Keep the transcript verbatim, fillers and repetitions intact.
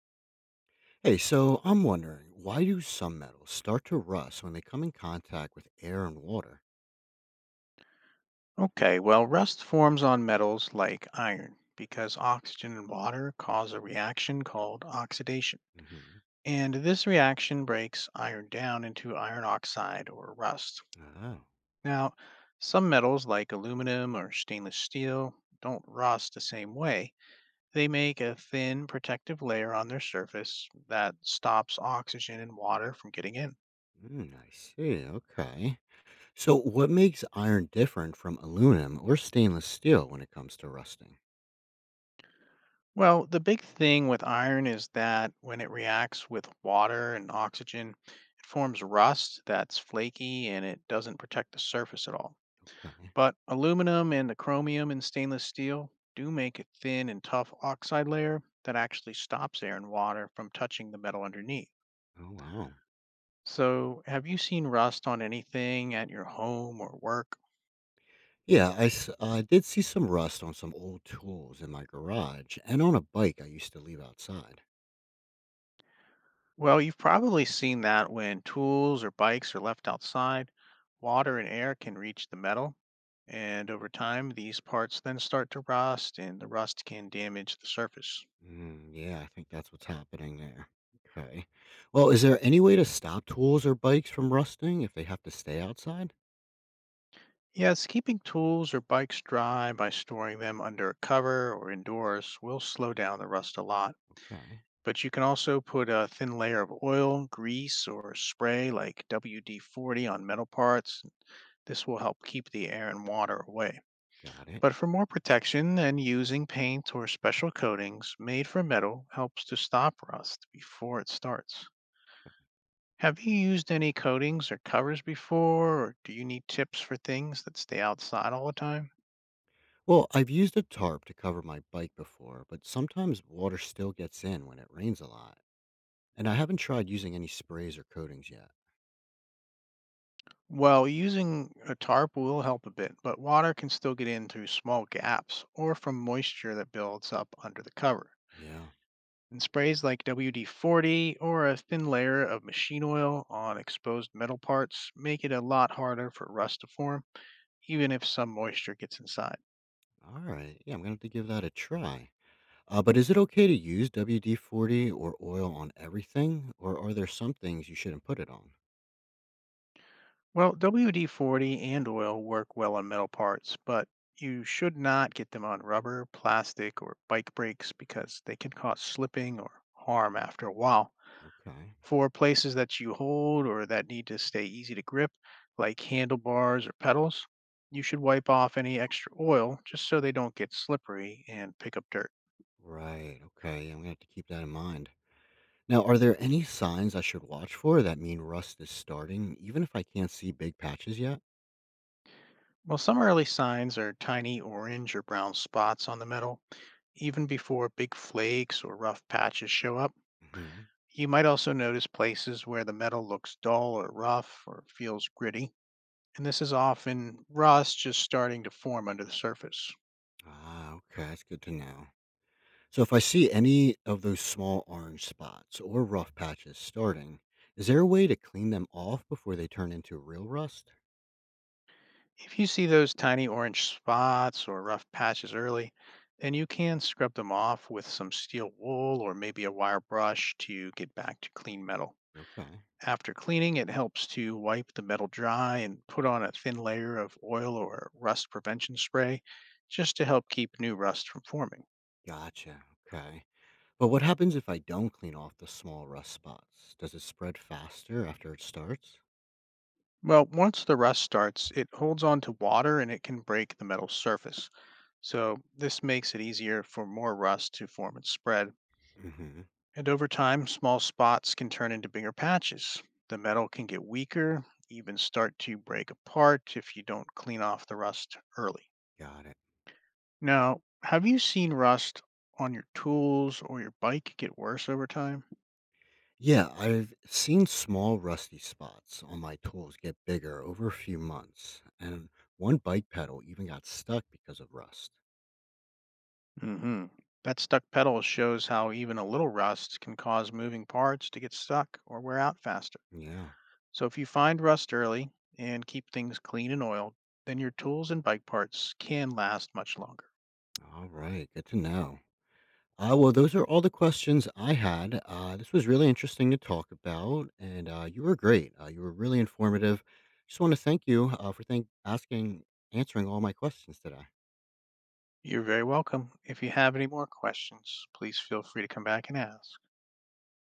Hey, so I'm wondering, why do some metals start to rust when they come in contact with air and water? Okay, well, rust forms on metals like iron because oxygen and water cause a reaction called oxidation. Hmm. And this reaction breaks iron down into iron oxide or rust. Oh, Now, some metals like aluminum or stainless steel don't rust the same way. They make a thin protective layer on their surface that stops oxygen and water from getting in. mm, I see. Okay. So, what makes iron different from aluminum or stainless steel when it comes to rusting? Well, the big thing with iron is that when it reacts with water and oxygen, it forms rust that's flaky and it doesn't protect the surface at all. Okay. But aluminum and the chromium in stainless steel do make a thin and tough oxide layer that actually stops air and water from touching the metal underneath. Oh, wow. So, have you seen rust on anything at your home or work? Yeah, I s- I did see some rust on some old tools in my garage and on a bike I used to leave outside. Well, you've probably seen that when tools or bikes are left outside, water and air can reach the metal. And over time, these parts then start to rust, and the rust can damage the surface. Mm, yeah, I think that's what's happening there. Okay. Well, is there any way to stop tools or bikes from rusting if they have to stay outside? Yes, keeping tools or bikes dry by storing them under a cover or indoors will slow down the rust a lot. Okay, But you can also put a thin layer of oil, grease, or spray like W D forty on metal parts. This will help keep the air and water away. got it. But for more protection then using paint or special coatings made from metal helps to stop rust before it starts. Have you used any coatings or covers before, or do you need tips for things that stay outside all the time? Well, I've used a tarp to cover my bike before, but sometimes water still gets in when it rains a lot. And I haven't tried using any sprays or coatings yet. Well, using a tarp will help a bit, but water can still get in through small gaps or from moisture that builds up under the cover. Yeah. And sprays like W D forty or a thin layer of machine oil on exposed metal parts make it a lot harder for rust to form even if some moisture gets inside. All right. Yeah, I'm going to have to give that a try. Uh, but is it okay to use W D forty or oil on everything, or are there some things you shouldn't put it on? Well, W D forty and oil work well on metal parts, but you should not get them on rubber, plastic, or bike brakes because they can cause slipping or harm after a while. Okay. For places that you hold or that need to stay easy to grip, like handlebars or pedals, you should wipe off any extra oil just so they don't get slippery and pick up dirt. Right. Okay. I'm gonna have to keep that in mind. Now, are there any signs I should watch for that mean rust is starting, even if I can't see big patches yet? Well, some early signs are tiny orange or brown spots on the metal. Even before big flakes or rough patches show up, Hmm. you might also notice places where the metal looks dull or rough or feels gritty, and this is often rust just starting to form under the surface. Ah, okay. That's good to know. So, if I see any of those small orange spots or rough patches starting, is there a way to clean them off before they turn into real rust? If you see those tiny orange spots or rough patches early, then you can scrub them off with some steel wool or maybe a wire brush to get back to clean metal. Okay. After cleaning, it helps to wipe the metal dry and put on a thin layer of oil or rust prevention spray just to help keep new rust from forming. Gotcha. Okay. But what happens if I don't clean off the small rust spots? Does it spread faster after it starts? Well, once the rust starts, it holds on to water and it can break the metal surface. So, this makes it easier for more rust to form and spread. Hmm. And over time, small spots can turn into bigger patches. The metal can get weaker, even start to break apart if you don't clean off the rust early. Got it. Now, have you seen rust on your tools or your bike get worse over time? Yeah, I've seen small rusty spots on my tools get bigger over a few months, and one bike pedal even got stuck because of rust. Hmm. That stuck pedal shows how even a little rust can cause moving parts to get stuck or wear out faster. Yeah, So if you find rust early and keep things clean and oiled, then your tools and bike parts can last much longer. all right, good to know. Uh, well, those are all the questions I had. Uh, this was really interesting to talk about, and uh, you were great. Uh, you were really informative. Just want to thank you uh, for thank- asking, answering all my questions today. You're very welcome. If you have any more questions, please feel free to come back and ask.